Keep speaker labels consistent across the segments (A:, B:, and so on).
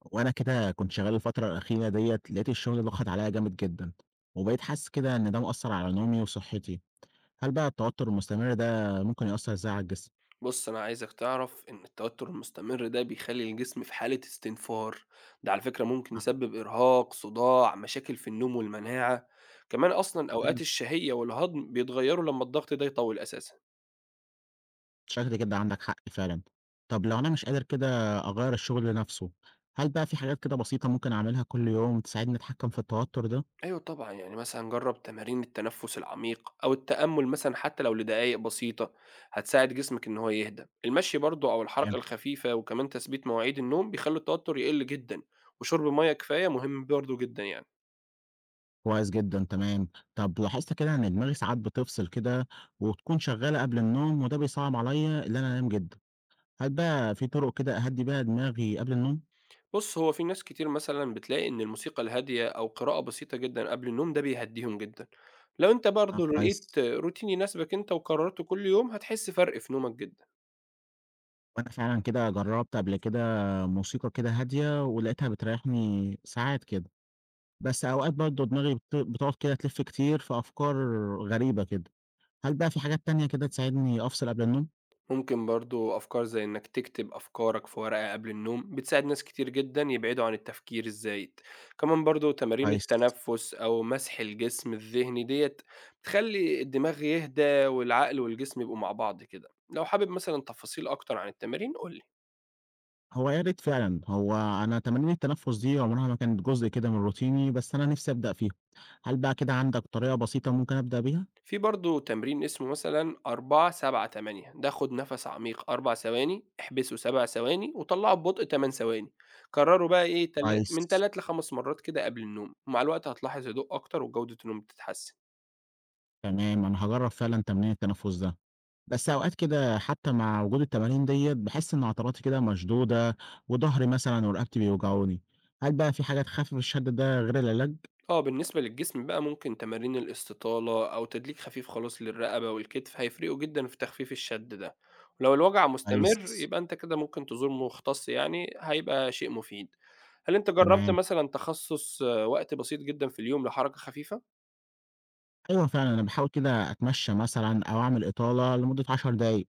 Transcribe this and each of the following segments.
A: وانا كده كنت شغال الفتره الاخيره ديت لقيت الشغل ضغط عليا جامد جدا، وبقيت حاسس كده ان ده مؤثر على نومي وصحتي. هل بقى التوتر المستمر ده ممكن يأثر ازاي على الجسم؟
B: بُص، أنا عايزك تعرف إن التوتر المستمر ده بيخلّي الجسم في حالة استنفار، ده على فكرة ممكن يسبب إرهاق، صداع، مشاكل في النوم والمناعة، كمان أصلًا أوقات
A: على
B: الشهية والهضم بيتغيروا لمّا الضغط ده يطوِّل أساسًا.
A: شكل كده عندك حق فعلا. طب لو انا مش قادر كده اغير الشغل نفسه، هل بقى في حاجات كده بسيطه ممكن اعملها كل يوم تساعدني اتحكم في التوتر ده؟
B: أيوه طبعًا، يعني مثلًا جرّب تمارين التنفس العميق أو التأمل مثلًا حتى لو لدقايق بسيطة، هتساعد جسمك إن هو يهدى. المشي برضه أو الحركة
A: تمام.
B: الخفيفة وكمان تثبيت مواعيد النوم بيخلّوا التوتر يقل جدًا، وشرب مَيّة كفاية مهم برضه جدًا يعني.
A: كويس جدا، تمام. طب لاحظت كده ان دماغي ساعات بتفصل كده وتكون شغاله قبل النوم، وده بيصعب عليا ان انا انام جدا. هل بقى في طرق كده اهدي بيها دماغي قبل النوم؟
B: بُص، هو في ناس كتير مثلًا بتلاقي إن الموسيقى الهادية أو قراءة بسيطة جدًا قبل النوم ده بيهدّيهم جدًا. لو أنت
A: آه،
B: برضه
A: كويس،
B: لقيت روتين يناسبك أنت وكررته كل يوم، هتحس فرق في نومك جدًا.
A: وأنا فعلًا كده جرّبت قبل كده موسيقى كده هادية ولقيتها بتريّحني ساعات كده، بس أوقات برضه دماغي بتقعد كده تلِف كتير في أفكار غريبة كده، هل بقى في حاجات تانية كده تساعدني أفصل قبل النوم؟
B: ممكن برضه أفكار زي إنك تكتب أفكارك في ورقة قبل النوم، بتساعد ناس كتير جدًا يبعدوا عن التفكير الزايد. كمان برضه تمارين
A: كويس،
B: التنفس أو مسح الجسم الذهني ديّة، بتخلّي الدماغ يهدى والعقل والجسم يبقوا مع بعض كده. لو حابب مثلًا تفاصيل أكتر عن التمارين، قُل لي.
A: هو يا ريت فعلًا، هو أنا تمارين التنفس دي عمرها ما كانت جزء كده من روتيني، بس أنا نِفْسي أبدأ فيها، هل بقى كده عندك طريقة بسيطة ممكن أبدأ بيها؟
B: في برضه تمرين اسمه مثلًا 4، 7، 8، ده خُد نَفَس عميق 4 ثواني، احبسه 7 ثواني، وطلّعه ببطء 8 ثواني. كرّره بقى إيه تل
A: كويس،
B: من 3 ل5 مرات كده قبل النوم، ومع الوقت هتلاحظ هدوء أكتر وجودة النوم بتتحسن.
A: تمام، أنا هاجرّب فعلًا تمرين التنفس ده. بس أوقات كده حتى مع وجود التمارين ديّة باحس إن عضلاتي كده مشدودة، وضهري مثلًا ورقبتي بيوجعوني، هل بقى في حاجة تخفف الشد ده غير العلاج؟
B: آه، بالنسبة للجسم بقى ممكن تمارين الاستطالة أو تدليك خفيف خالص للرقبة والكتف هيفرقوا جدًا في تخفيف الشد ده. ولو الوجع
A: كويس،
B: مستمر يبقى أنت كده ممكن تزور مختص يعني، هيبقى شيء مفيد. هل أنت جرّبت
A: تمام.
B: مثلًا تخصّص آه، وقت بسيط جدًا في اليوم لحركة خفيفة؟
A: أيوه فعلًا أنا باحاول كده أتمشى مثلًا أو أعمل إطالة لمدة 10 دقايق،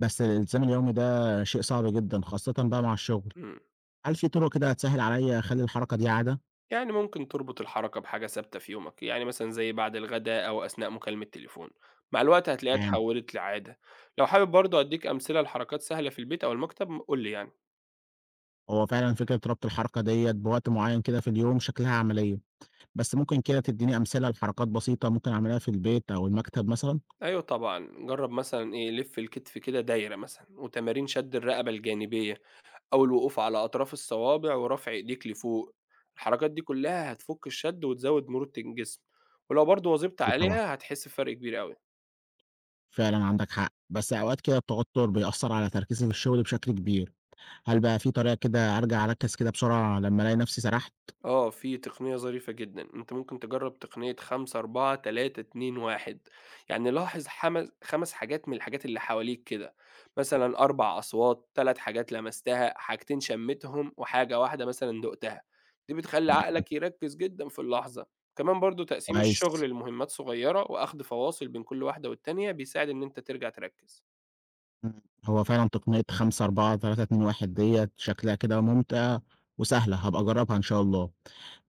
A: بس الالتزام اليومي ده شيء صعب جدًا خاصةً بقى مع الشغل،
B: إمم.
A: هل في طرق كده هتسهل عليّا أخلي الحركة دي عادة؟
B: يعني ممكن تربط الحركة بحاجة ثابتة في يومك، يعني مثلًا زي بعد الغدا أو أثناء مكالمة تليفون، مع الوقت هتلاقيها
A: تمام،
B: اتحولت لعادة. لو حابب برضه أدّيك أمثلة لحركات سهلة في البيت أو المكتب قُل لي يعني.
A: هو فعلًا فكرة ربط الحركة ديّة بوقت معين كده في اليوم شكلها عملية، بس ممكن كده تديني أمثلة لحركات بسيطة ممكن أعملها في البيت أو المكتب مثلًا؟
B: أيوه طبعًا، جرّب مثلًا لِف الكتف كده دايرة مثلًا، وتمارين شد الرقبة الجانبية أو الوقوف على أطراف الصوابع ورفع إيديك لفوق. الحركات دي كلّها هتفُك الشد وتزوّد مرونة الجسم، ولو برضه واظبت
A: أكيد طبعًا،
B: عليها هتحس بفرق كبير أوي.
A: فعلًا عندك حق، بس أوقات كده التوتر بيأثّر على تركيزي في الشغل بشكل كبير، هل بقى في طريقة كده أرجع أركّز كده بسرعة لمّا ألاقي نفسي سرحت؟
B: آه، في تقنية ظريفة جدًا، أنت ممكن تجرّب تقنية 5، 4، 3، 2، 1. يعني لاحظ 5 حاجات من الحاجات اللي حواليك كده، مثلًا 4 أصوات، 3 حاجات لمستها، حاجتين شميتهم، وحاجة واحدة مثلًا دُقتها، دي بتخلّي
A: تمام،
B: عقلك يركّز جدًا في اللحظة. كمان برضه تقسيم
A: كويس،
B: الشغل لمهمات صغيرة وأخد فواصل بين كل واحدة والتانية بيساعد إن أنت ترجع تركّز.
A: إمم، هو فعلًا تقنية 5، 4، 3، 2، 1 ديّة شكلها كده ممتعة وسهلة، هابقى أجرّبها إن شاء الله،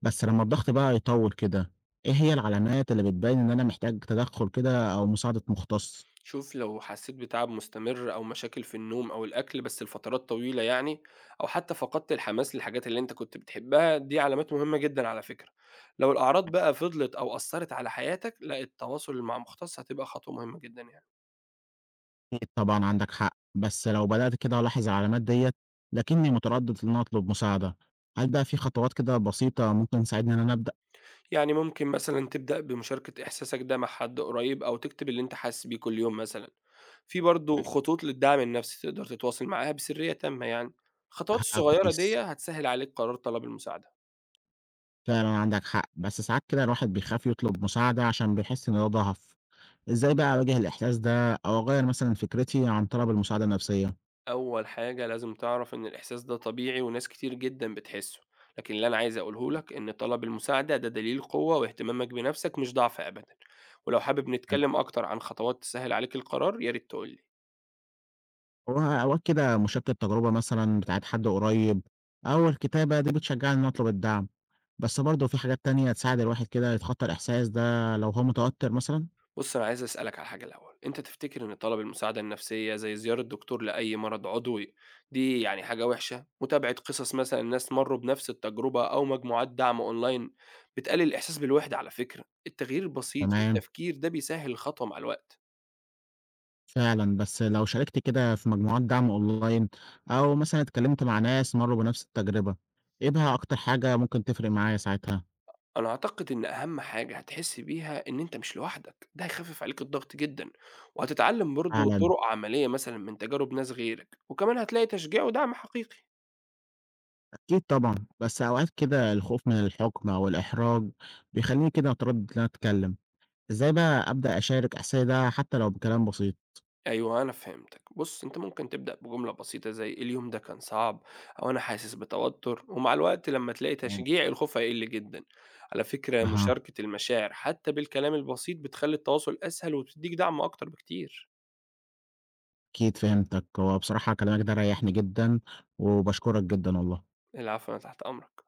A: بس لمّا الضغط بقى يطوّل كده، إيه هي العلامات اللي بتبين إن أنا محتاج تدخُّل كده أو مساعدة مُختص؟
B: شوف، لو حسيت بتعب مستمر أو مشاكل في النوم أو الأكل بس لفترات طويلة يعني، أو حتى فقدت الحماس للحاجات اللي أنت كنت بتحبها، دي علامات مهمة جدا على فكرة. لو الأعراض بقى فضلت أو أثرت على حياتك، لا التواصل مع مختص هتبقى خطوة مهمة جدا يعني
A: أكيد طبعًا عندك حق، بس لو بدأت كده ألاحظ العلامات ديّة لكني متردد في إن أنا أطلب مساعدة، هل بقى في خطوات كده بسيطة ممكن تساعدني إن أنا أبدأ؟
B: يعني ممكن مثلا تبدأ بمشاركة إحساسك ده مع حد قريب أو تكتب اللي أنت حاسس بيه كل يوم مثلا. في برضو خطوط للدعم النفسي تقدر تتواصل معاها بسرية تامة يعني. الخطوات
A: أبقى
B: الصغيرة دي
A: كويس؟
B: هتسهل عليك قرار طلب المساعدة.
A: فعلًا عندك حق، بس ساعات كده الواحد بيخاف يطلب مساعدة عشان بيحس إن ده ضعف، إزاي بقى أواجه الإحساس ده أو أغيّر مثلًا فكرتي عن طلب المساعدة النفسية؟
B: أول حاجة لازم تعرف إن الإحساس ده طبيعي وناس كتير جدًا بتحسه، لكن اللي أنا عايز أقوله لك إن طلب المساعدة ده دليل قوة واهتمامك بنفسك مش ضعف أبدًا، ولو حابب نتكلم أكتر عن خطوات تسهل عليك القرار يا ريت تقول لي.
A: هو أوقات كده مشاركة تجربة مثلًا بتاعة حد قريب أو الكتابة دي بتشجعني إن أنا أطلب الدعم، بس برضه في حاجات تانية تساعد الواحد كده يتخطى الإحساس ده لو هو متوتر مثلًا؟
B: بُص، أنا عايز أسألك على حاجة الأول، أنت تفتكر إن طلب المساعدة النفسية زي زيارة دكتور لأي مرض عضوي دي يعني حاجة وحشة؟ متابعة قصص مثلًا ناس مرّوا بنفس التجربة أو مجموعات دعم أونلاين بتقلل الإحساس بالوحدة على فكرة، التغيير البسيط في
A: تمام،
B: التفكير ده بيسهل الخطوة مع الوقت.
A: فعلًا، بس لو شاركت كده في مجموعات دعم أونلاين أو مثلًا اتكلمت مع ناس مرّوا بنفس التجربة، إيه بقى أكتر حاجة ممكن تفرق معايا ساعتها؟
B: أنا أعتقد إن أهم حاجة هتحس بيها إن أنت مش لوحدك، ده هيخفف عليك الضغط جدًا، وهتتعلم برضه
A: فعلًا،
B: طرق عملية مثلًا من تجارب ناس غيرك، وكمان هتلاقي تشجيع ودعم حقيقي.
A: أكيد طبعًا، بس أوقات كده الخوف من الحُكم أو الإحراج بيخلّيني كده أتردد إن أنا أتكلم، إزاي بقى أبدأ أشارك إحساسي ده حتى لو بكلام بسيط؟
B: أيوه أنا فهمتك، بُص أنت ممكن تبدأ بجملة بسيطة زي اليوم ده كان صعب أو أنا حاسس بتوتر، ومع الوقت لما تلاقي
A: تمام،
B: تشجيع الخوف هيقل جدًا. على فكرة
A: أها،
B: مشاركة المشاعر حتى بالكلام البسيط بتخلي التواصل أسهل وبتديك دعم أكتر بكتير.
A: أكيد فهمتك، هو بصراحة كلامك ده ريّحني جدًا، وباشكرك جدًا والله.
B: العفو، أنا تحت أمرك.